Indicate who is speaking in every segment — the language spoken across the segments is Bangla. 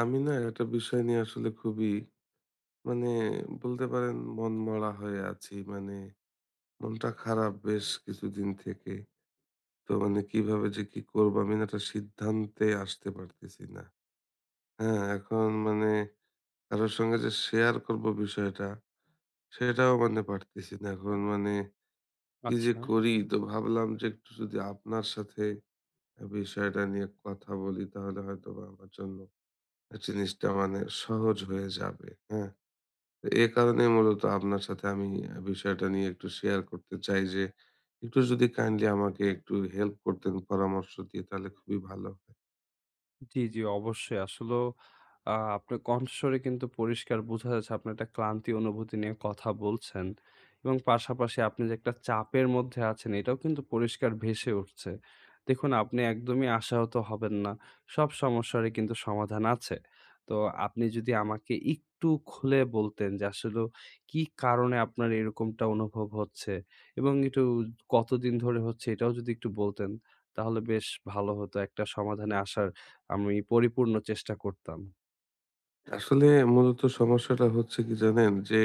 Speaker 1: আমি না একটা বিষয় নিয়ে আসলে খুবই মানে বলতে পারেন মনমরা হয়ে আছি। মানে মনটা খারাপ বেশ কিছুদিন থেকে। তো মানে কিভাবে যে কি করবো আমি না একটা সিদ্ধান্তে আসতে পারতেছি না। হ্যাঁ, এখন মানে কারো সঙ্গে যে শেয়ার করবো বিষয়টা সেটাও মানে পারতেছি না। এখন মানে কি যে
Speaker 2: আচ্ছা।
Speaker 1: করি? তো ভাবলাম যে একটু যদি আপনার সাথে বিষয়টা নিয়ে কথা বলি তাহলে হয়তোবা আমার জন্য জিনিসটা মানে সহজ হয়ে যাবে। হ্যাঁ? এ কারণে মূলত আপনার সাথে আমি বিষয়টা নিয়ে একটু শেয়ার করতে চাই যে একটু যদি কাইন্ডলি আমাকে একটু হেল্প করতেন পরামর্শ দিয়ে তাহলে খুবই ভালো হয়।
Speaker 2: জি, জি, অবশ্যই। আসলেও আপনার কণ্ঠস্বরে কিন্তু পরিষ্কার বোঝা যাচ্ছে আপনি একটা ক্লান্তি অনুভূতি নিয়ে কথা বলছেন এবং পাশাপাশি আপনি যে একটা চাপের মধ্যে আছেন এটাও কিন্তু পরিষ্কার ভেসে উঠছে। দেখুন আপনি একদমই আশাহত হবেন না। সব সমস্যারই কিন্তু সমাধান আছে। তো আপনি যদি আমাকে একটু খুলে বলতেন যে আসলেও কি কারণে আপনার এরকমটা অনুভব হচ্ছে এবং একটু কতদিন ধরে হচ্ছে এটাও যদি একটু বলতেন তাহলে বেশ ভালো হতো একটা সমাধানে আসার আমি পরিপূর্ণ চেষ্টা করতাম।
Speaker 1: আসলে মূলত সমস্যাটা হচ্ছে কি জানেন যে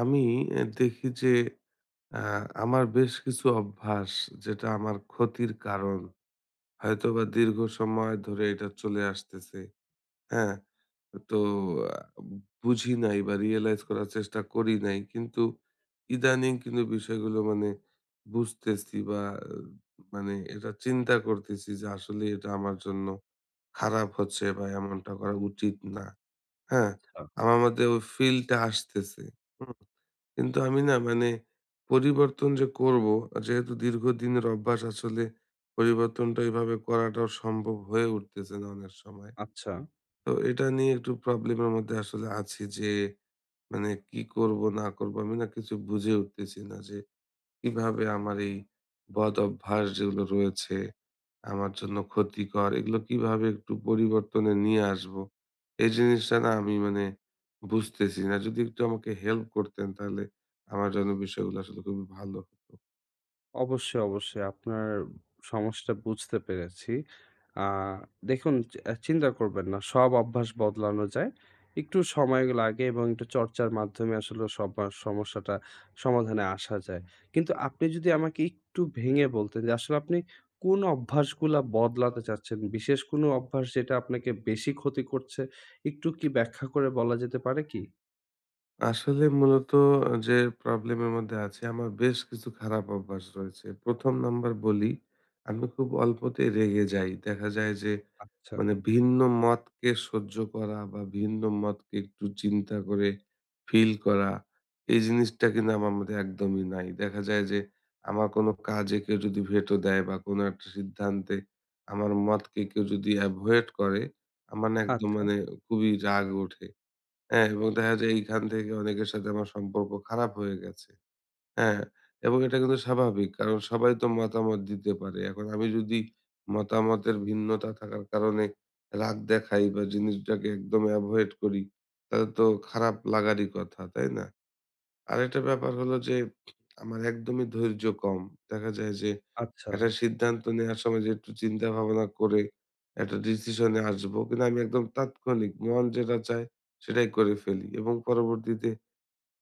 Speaker 1: আমি দেখি যে আমার বেশ কিছু অভ্যাস যেটা আমার ক্ষতির কারণ হয়তোবা দীর্ঘ সময় ধরে এটা চলে আসতেছে হ্যাঁ, তো আ বুঝি নাই বা রিয়ালাইজ করার চেষ্টা করি নাই। কিন্তু ইদানিং কিন্তু বিষয়গুলো মানে বুঝতেছি বা মানে এটা চিন্তা করতেছি যে আসলে এটা আমার জন্য খারাপ হচ্ছে বা এমনটা করা উচিত না। হ্যাঁ?
Speaker 2: আচ্ছা।
Speaker 1: আমার মধ্যে ওই ফিলটা আসতেছে। হুম? কিন্তু আমি না মানে পরিবর্তন যে করব, যেহেতু দীর্ঘদিনের অভ্যাস আসলে পরিবর্তনটা এভাবে করাটাও সম্ভব হয়ে উঠতেছে না অনেক সময়।
Speaker 2: আচ্ছা,
Speaker 1: তো এটা নিয়ে একটু প্রবলেমের মধ্যে আসলে আছি যে মানে কি করব না করব আমি না কিছু বুঝে উঠতেছি না যে কিভাবে আমার এই বদ অভ্যাস যেগুলো রয়েছে আমার জন্য ক্ষতিকর এগুলো কিভাবে একটু পরিবর্তনে নিয়ে আসব এই জিনিসটা না আমি মানে বুঝতেছি না যদি একটু আমাকে হেল্প করতেন তাহলে আমার জন্য বিষয়গুলো আসলে খুবই ভালো হতো
Speaker 2: অবশ্যই, অবশ্যই আপনার সমস্যাটা বুঝতে পেরেছি। আ দেখুন চি আ চিন্তা করবেন না। সব অভ্যাস বদলানো যায়। একটু সময় লাগে এবং একটু চর্চার মাধ্যমে আসলে সমস্যাটা সমাধানে আসা যায়। কিন্তু আপনি যদি আমাকে একটু ভেঙে বলতেন যে আসলে আপনি কোন অভ্যাসগুলা বদলাতে চাচ্ছেন? বিশেষ কোনো অভ্যাস যেটা আপনাকে বেশি ক্ষতি করছে, একটু কি ব্যাখ্যা করে বলা যেতে পারে কি?
Speaker 1: আসলে মূলত যে প্রবলেমের মধ্যে আছি আমার বেশ কিছু খারাপ অভ্যাস রয়েছে। ১ম নাম্বার বলি, আমি খুব অল্পতেই রেগে যাই। দেখা যায় যে
Speaker 2: আচ্ছা,
Speaker 1: মানে ভিন্ন মতকে সহ্য করা বা ভিন্ন মতকে একটু চিন্তা করে ফিল করা, এই জিনিসটা কিন্তু আমার মধ্যে একদমই নাই। দেখা যায় যে আমার কোনো কাজে কেউ যদি ভেটো দেয় বা কোনো একটা সিদ্ধান্তে আমার মতকে কেউ যদি এভয়েড করে, আমার না একদম
Speaker 2: আচ্ছা,
Speaker 1: মানে খুবই রাগ ওঠে। হ্যাঁ, এবং দেখা যায় এইখান থেকে অনেকের সাথে আমার সম্পর্ক খারাপ হয়ে গেছে। হ্যাঁ? এবং এটা কিন্তু স্বাভাবিক। কারণ সবাই তো মতামত দিতে পারে। এখন আমি যদি মতামতের ভিন্নতা থাকার কারণে রাগ দেখাই বা জিনিসটাকে একদম এভয়েড করি, তাহলে তো খারাপ লাগারই কথা, তাই না? আরেকটা ব্যাপার হলো যে আমার একদমই ধৈর্য কম। দেখা যায় যে
Speaker 2: আচ্ছা।
Speaker 1: একটা সিদ্ধান্ত নেওয়ার সময় যে একটু চিন্তা ভাবনা করে একটা ডিসিশনে আসবো। কিন্তু আমি একদম তাৎক্ষণিক মন যেটা চায় সেটাই করে ফেলি এবং পরবর্তীতে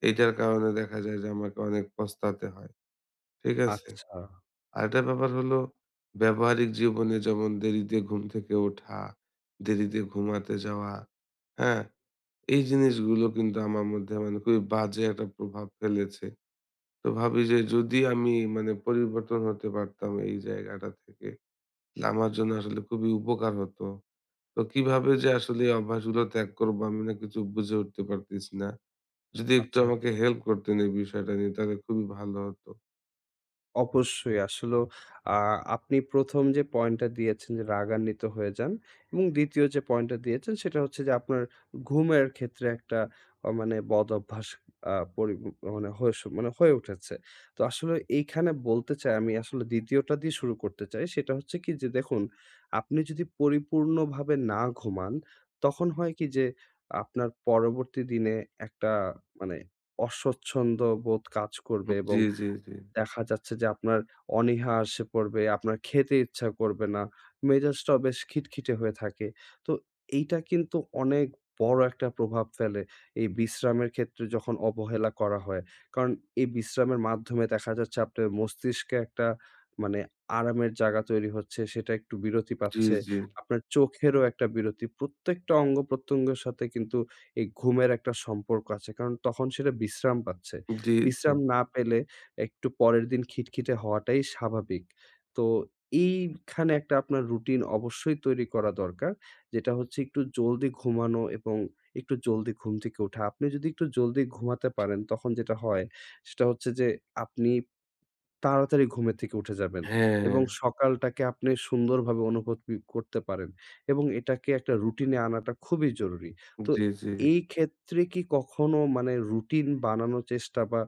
Speaker 1: এইটার কারণে দেখা যায় যে আমাকে অনেক পস্তাতে হয়। ঠিক আছে?
Speaker 2: আচ্ছা,
Speaker 1: আরেকটা ব্যাপার হলো ব্যবহারিক জীবনে যেমন দেরিতে ঘুম থেকে ওঠা, দেরিতে ঘুমাতে যাওয়া, হ্যাঁ? এই জিনিসগুলো কিন্তু আমার মধ্যে মানে খুবই বাজে একটা প্রভাব ফেলেছে। তো ভাবি যে যদি আমি মানে পরিবর্তন হতে পারতাম এই জায়গাটা থেকে না, আমার জন্য আসলে খুবই উপকার হতো। তো কিভাবে যে আসলে এই অভ্যাসগুলো ত্যাগ করবো আমি না কিছু বুঝে উঠতে পারতেছি না। যদি একটু
Speaker 2: আচ্ছা,
Speaker 1: আমাকে
Speaker 2: আচ্ছা।
Speaker 1: হেল্প করতেন এই বিষয়টা নিয়ে তাহলে খুবই ভালো হতো।
Speaker 2: অবশ্যই আসলেও আ আপনি ১ম যে পয়েন্টটা দিয়েছেন যে রাগান্বিত হয়ে যান এবং ২য় যে পয়েন্টটা দিয়েছেন সেটা হচ্ছে যে আপনার ঘুমের ক্ষেত্রে একটা মানে বদ অভ্যাস আ পরি মানে হয়ে স মানে হয়ে উঠেছে। তো আসলে এইখানে বলতে চাই আমি আসলে ২য় টা দিয়ে শুরু করতে চাই। সেটা হচ্ছে কি যে দেখুন, আপনি যদি পরিপূর্ণভাবে না ঘুমান তখন হয় কি যে আপনার পরবর্তী দিনে একটা মানে অস্বচ্ছন্দ বোধ কাজ করবে এবং
Speaker 1: জি, জি, জি।
Speaker 2: দেখা যাচ্ছে যে আপনার অনীহা আসে পড়বে, আপনার খেতে ইচ্ছা করবে না, মেজাজটাও বেশ খিটখিটে হয়ে থাকে। তো এইটা কিন্তু অনেক বড় একটা প্রভাব ফেলে এই বিশ্রামের ক্ষেত্রে যখন অবহেলা করা হয়। কারণ এই বিশ্রামের মাধ্যমে দেখা যাচ্ছে আপনার মস্তিষ্কে একটা মানে আরামের জায়গা তৈরি হচ্ছে, সেটা একটু বিরতি
Speaker 1: জি,
Speaker 2: পাচ্ছে।
Speaker 1: জি।
Speaker 2: আপনার চোখেরও একটা বিরতি। প্রত্যেকটা অঙ্গ-প্রত্যঙ্গের সাথে কিন্তু এই ঘুমের একটা সম্পর্ক আছে। কারণ তখন সেটা বিশ্রাম পাচ্ছে।
Speaker 1: জি, জি।
Speaker 2: বিশ্রাম না পেলে একটু পরের দিন খিটখিটে হওয়াটাই স্বাভাবিক। তো এইখানে একটা আপনার রুটিন অবশ্যই তৈরি করা দরকার। যেটা হচ্ছে একটু জলদি ঘুমানো এবং একটু জলদি ঘুম থেকে ওঠা। আপনি যদি একটু জলদি ঘুমাতে পারেন তখন যেটা হয় সেটা হচ্ছে যে আপনি তাড়াতাড়ি ঘুমের থেকে উঠে যাবেন
Speaker 1: হ্যাঁ,
Speaker 2: এবং সকালটাকে আপনি সুন্দরভাবে অনুভূতি করতে পারেন এবং এটাকে একটা রুটিনে আনাটা খুবই জরুরি। তো
Speaker 1: জি, জি।
Speaker 2: এই ক্ষেত্রে কি কখনো মানে রুটিন বানানোর চেষ্টা বা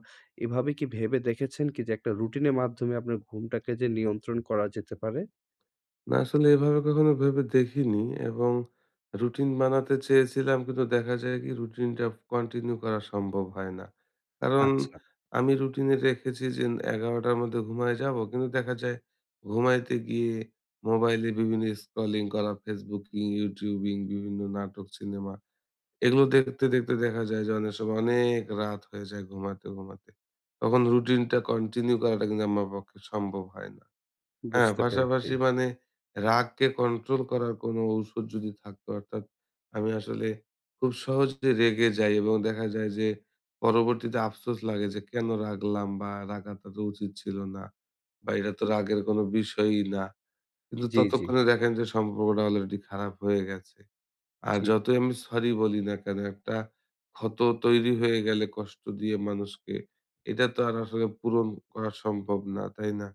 Speaker 2: এভাবে কি ভেবে দেখেছেন কি যে একটা রুটিনের মাধ্যমে আপনার ঘুমটাকে যে নিয়ন্ত্রণ করা যেতে পারে?
Speaker 1: না আসলে এভাবে কখনো ভেবে দেখিনি এবং রুটিন বানাতে চেয়েছিলাম কিন্তু দেখা যায় কি রুটিনটা কন্টিনিউ করা সম্ভব হয় না। কারণ
Speaker 2: আচ্ছা,
Speaker 1: আমি রুটিনে রেখেছি যে ১১:০০ টার মধ্যে ঘুমায় যাব। কিন্তু দেখা যায় ঘুমাইতে গিয়ে মোবাইলে বিভিন্ন স্ক্রলিং করা, ফেসবুকিং, ইউটিউবিং, বিভিন্ন নাটক, সিনেমা এগুলো দেখতে, দেখতে দেখা যায় যে অনেক সময় অনেক রাত হয়ে যায় ঘুমাতে, ঘুমাতে। তখন রুটিনটা কন্টিনিউ করাটা কিন্তু আমার পক্ষে সম্ভব হয় না। হ্যাঁ,
Speaker 2: বুঝতে পেরেছি।
Speaker 1: পাশাপাশি মানে রাগকে কন্ট্রোল করার কোনো ঔষধ যদি থাকতো অর্থাৎ আমি আসলে খুব সহজে রেগে যাই এবং দেখা যায় যে পরবর্তীতে আফসোস লাগে যে কেন রাগলাম বা রাগাটা তো উচিত ছিল না বা এটা তো রাগের কোনো বিষয়ই না। কিন্তু
Speaker 2: জি, জি,
Speaker 1: ততক্ষণে দেখেন যে সম্পর্কটা অলরেডি খারাপ হয়ে গেছে। আর
Speaker 2: জি,
Speaker 1: যতই আমি সরি বলি না কেন একটা ক্ষত তৈরি হয়ে গেলে কষ্ট দিয়ে মানুষকে এটা তো আর আসলে পূরণ করা সম্ভব না, তাই না?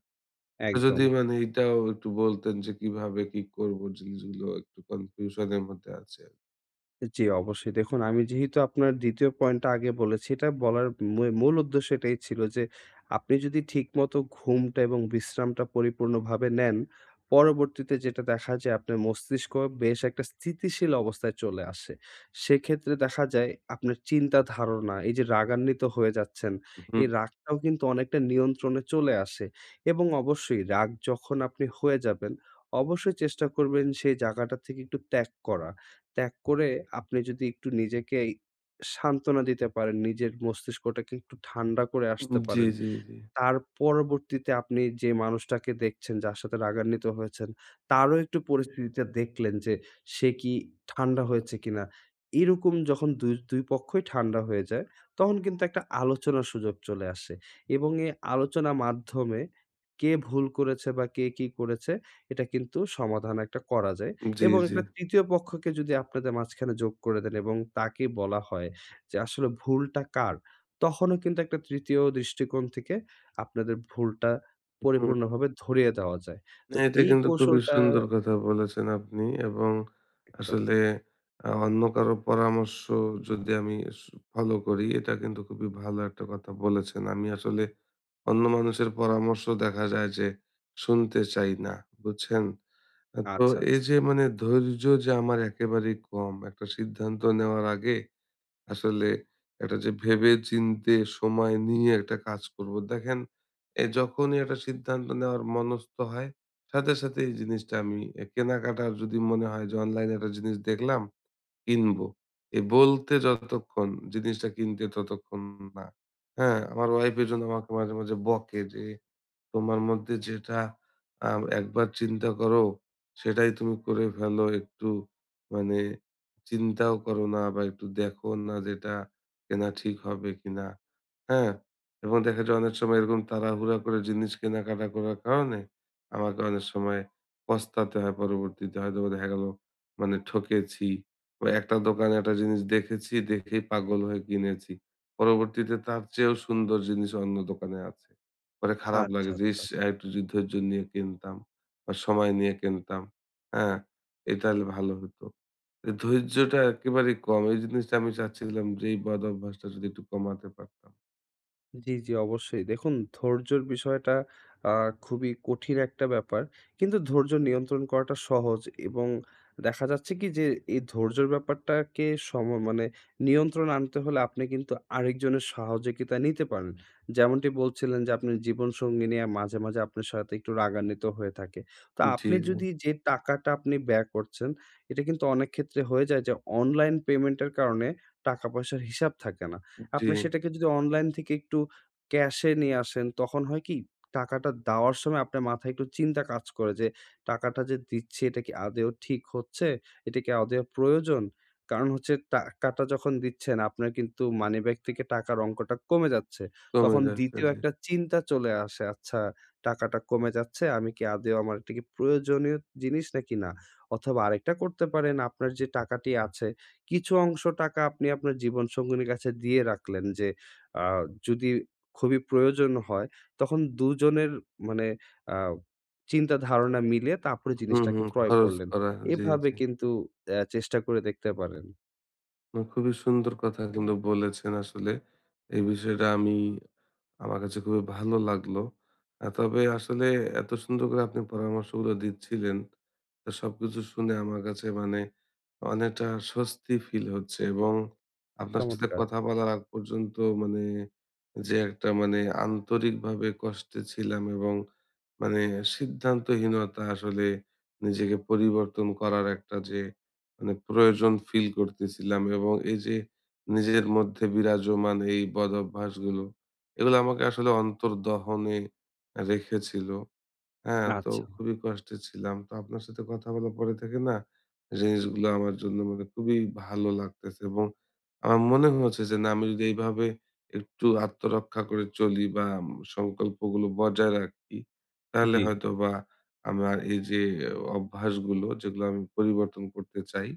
Speaker 1: তো
Speaker 2: একদম।
Speaker 1: যদি মানে এটাও একটু বলতেন যে কিভাবে কি করব জিনিসগুলো একটু কনফিউশন এর মধ্যে আছে আরকি।
Speaker 2: জি, অবশ্যই। দেখুন আমি যেহেতু আপনার ২য় পয়েন্টটা আগে বলেছি, এটা বলার মূল উদ্দেশ্য এটাই ছিল যে, আপনি যদি ঠিকমতো ঘুমটা এবং বিশ্রামটা পরিপূর্ণভাবে নেন, পরবর্তীতে যেটা দেখা যায় আপনার মস্তিষ্ক বেশ একটা স্থিতিশীল অবস্থায় চলে আসে। সেক্ষেত্রে দেখা যায় আপনার চিন্তা ধারণা, এই যে রাগান্বিত হয়ে যাচ্ছেন, এই
Speaker 1: হুম।
Speaker 2: রাগটাও কিন্তু অনেকটা নিয়ন্ত্রণে চলে আসে এবং অবশ্যই রাগ যখন আপনি হয়ে যাবেন, অবশ্যই চেষ্টা করবেন সেই জায়গাটা থেকে একটু ত্যাগ করা। ত্যাগ করে আপনি যদি একটু নিজেকে সান্ত্বনা দিতে পারেন, নিজের মস্তিষ্কটাকে একটু ঠান্ডা করে আসতে
Speaker 1: জি,
Speaker 2: পারেন।
Speaker 1: জি, জি,
Speaker 2: তার পরবর্তীতে আপনি যে মানুষটাকে দেখছেন, যার সাথে রাগান্বিত হয়েছেন, তারও একটু পরিস্থিতিটা দেখলেন যে সে কি ঠান্ডা হয়েছে কিনা? এরকম যখন দুই, দুই পক্ষই ঠান্ডা হয়ে যায়, তখন কিন্তু একটা আলোচনার সুযোগ চলে আসে এবং এই আলোচনার মাধ্যমে কে ভুল করেছে বা কে কি করেছে, এটা কিন্তু সমাধান একটা করা যায়
Speaker 1: জি,
Speaker 2: এবং
Speaker 1: জি।
Speaker 2: একটা ৩য় পক্ষকে যদি আপনাদের মাঝখানে যোগ করে দেন এবং তাকে বলা হয় যে আসলে ভুলটা কার? তখনও কিন্তু একটা ৩য় দৃষ্টিকোণ থেকে আপনাদের ভুলটা
Speaker 1: হুম।
Speaker 2: পরিপূর্ণভাবে ধরিয়ে দেওয়া যায়। তো
Speaker 1: না, এটা
Speaker 2: এই
Speaker 1: কিন্তু খুবই
Speaker 2: কৌশলটা
Speaker 1: সুন্দর কথা বলেছেন আপনি এবং
Speaker 2: একদম
Speaker 1: আসলে অন্য কারো পরামর্শ যদি আমি স ফলো করি এটা কিন্তু খুবই ভালো একটা কথা বলেছেন। আমি আসলে অন্য মানুষের পরামর্শ দেখা যায় যে শুনতে চাই না, বুঝছেন? তো
Speaker 2: আচ্ছা,
Speaker 1: এই
Speaker 2: আচ্ছা,
Speaker 1: যে মানে ধৈর্য যে আমার একেবারেই কম। একটা সিদ্ধান্ত নেওয়ার আগে আসলে একটা যে ভেবে চিন্তে সময় নিয়ে একটা কাজ করব। দেখেন যখনই একটা সিদ্ধান্ত নেওয়ার মনস্থ হয়, সাথে, সাথে এই জিনিসটা আমি কেনাকাটার যদি মনে হয় যে অনলাইনে একটা জিনিস দেখলাম কিনবো। বলতে যতক্ষণ জিনিসটা কিনতে ততক্ষণ না। হ্যাঁ? আমার ওয়াইফ এজন্য আমাকে মাঝে, মাঝে বকে যে তোমার মধ্যে যেটা আ একবার চিন্তা করো, সেটাই তুমি করে ফেলো। একটু মানে চিন্তাও করো না বা একটু দেখো না যে এটা কেনা ঠিক হবে কিনা। হ্যাঁ? এবং দেখা যায় অনেক সময় এরকম তাড়াহুড়া করে জিনিস কেনাকাটা করার কারণে আমাকে অনেক সময় পস্তাতে হয় পরবর্তীতে। হয়তোবা দেখা গেল মানে ঠকেছি বা একটা দোকানে একটা জিনিস দেখেছি, দেখেই পাগল হয়ে কিনেছি। পরবর্তীতে তার চেয়েও সুন্দর জিনিস অন্য দোকানে আছে। পরে খারাপ
Speaker 2: আচ্ছা,
Speaker 1: লাগে যে,
Speaker 2: আচ্ছা।
Speaker 1: "ইস! আরেকটু যদি ধৈর্য নিয়ে কিনতাম বা সময় নিয়ে কিনতাম, হ্যাঁ? তাহলে ভালো হতো।" ধৈর্যটা একেবারেই কম। এই জিনিসটা আমি চাচ্ছিলাম যে এই বদ অভ্যাসটা যদি একটু কমাতে পারতাম।
Speaker 2: জি, জি, অবশ্যই। দেখুন ধৈর্যের বিষয়টা আ খুবই কঠিন একটা ব্যাপার। কিন্তু ধৈর্য নিয়ন্ত্রণ করাটা সহজ এবং দেখা যাচ্ছে কি যে এই ধৈর্যের ব্যাপারটাকে মানে নিয়ন্ত্রণ আনতে হলে আপনি কিন্তু আরেকজনের সহযোগিতা নিতে পারেন। যেমনটি বলছিলেন যে আপনার জীবনসঙ্গী নিয়ে মাঝে, মাঝে আপনার সাথে একটু রাগান্বিত হয়ে থাকে। তো
Speaker 1: জি,
Speaker 2: আপনি
Speaker 1: জি,
Speaker 2: যদি যে টাকাটা আপনি ব্যয় করছেন, এটা কিন্তু অনেক ক্ষেত্রে হয়ে যায় যে অনলাইন পেমেন্টের কারণে টাকা-পয়সার হিসাব থাকে না।
Speaker 1: জি।
Speaker 2: আপনি সেটাকে যদি অনলাইন থেকে একটু ক্যাশে নিয়ে আসেন, তখন হয় কি? টাকাটা দেওয়ার সময় আপনার মাথায় একটু চিন্তা কাজ করে যে, টাকাটা যে দিচ্ছি এটা কি আদৌ ঠিক হচ্ছে? এটা কি আদৌ প্রয়োজন? কারণ হচ্ছে টাকাটা যখন দিচ্ছেন আপনার কিন্তু মানিব্যাগ থেকে টাকার অঙ্কটা কমে যাচ্ছে।
Speaker 1: কমে
Speaker 2: তখন
Speaker 1: যাচ্ছে,
Speaker 2: ২য়
Speaker 1: জি।
Speaker 2: একটা চিন্তা চলে আসে, আচ্ছা টাকাটা কমে যাচ্ছে, আমি কি আদৌ আমার এটা কি প্রয়োজনীয় জিনিস নাকি না? অথবা আরেকটা করতে পারেন, আপনার যে টাকাটি আছে, কিছু অংশ টাকা আপনি আপনার জীবনসঙ্গিনীর কাছে দিয়ে রাখলেন যে, আ যদি খুবই প্রয়োজন হয়, তখন দুজনের মানে আ চিন্তা ধারণা মিলে তারপরে
Speaker 1: হুম,
Speaker 2: জিনিসটাকে
Speaker 1: হুম।
Speaker 2: ক্রয়
Speaker 1: খরচ
Speaker 2: করলেন।
Speaker 1: করা। জি,
Speaker 2: এভাবে
Speaker 1: জি।
Speaker 2: কিন্তু চেষ্টা করে দেখতে পারেন।
Speaker 1: না খুবই সুন্দর কথা কিন্তু বলেছেন আসলে। এই বিষয়টা আমি আমার কাছে খুবই ভালো লাগলো। তবে আসলে এত সুন্দর করে আপনি পরামর্শগুলো দিচ্ছিলেন। তো সবকিছু শুনে আমার কাছে মানে অনেকটা স্বস্তি ফিল হচ্ছে এবং আপনার সাথে
Speaker 2: চমৎকার!
Speaker 1: কথা বলার আগ পর্যন্ত মানে যে একটা মানে আন্তরিকভাবে কষ্টে ছিলাম এবং মানে সিদ্ধান্তহীনতা আসলে নিজেকে পরিবর্তন করার একটা যে মানে প্রয়োজন ফিল করতেছিলাম এবং এই যে নিজের মধ্যে বিরাজমান এই বদভ্যাসগুলো এগুলো আমাকে আসলে অন্তর্দহনে রেখেছিল। হ্যাঁ, তো
Speaker 2: আচ্ছা,
Speaker 1: খুবই কষ্টে ছিলাম। তো আপনার সাথে কথা বলার পরে থেকে না জিনিসগুলো আমার জন্য মানে খুবই ভালো লাগতেছে এবং আমার মনে হচ্ছে যে না আমি যদি এইভাবে একটু আত্মরক্ষা করে চলি বা সংকল্পগুলো বজায় রাখি, তাহলে
Speaker 2: জি,
Speaker 1: হয়তোবা আমার এই যে অভ্যাসগুলো যেগুলো আমি পরিবর্তন করতে চাই,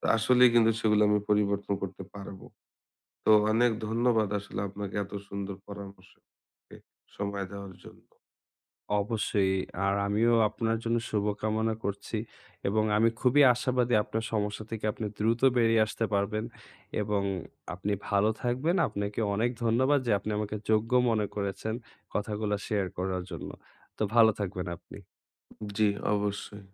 Speaker 1: তো আসলেই কিন্তু সেগুলো আমি পরিবর্তন করতে পারবো। তো অনেক ধন্যবাদ আসলে আপনাকে এত সুন্দর পরামর্শ, এ, সময় দেওয়ার জন্য।
Speaker 2: অবশ্যই। আর আমিও আপনার জন্য শুভকামনা করছি এবং আমি খুবই আশাবাদী আপনার সমস্যা থেকে আপনি দ্রুত বেরিয়ে আসতে পারবেন এবং আপনি ভালো থাকবেন। আপনাকে অনেক ধন্যবাদ যে আপনি আমাকে যোগ্য মনে করেছেন কথাগুলা শেয়ার করার জন্য। তো ভালো থাকবেন আপনি।
Speaker 1: জি, অবশ্যই।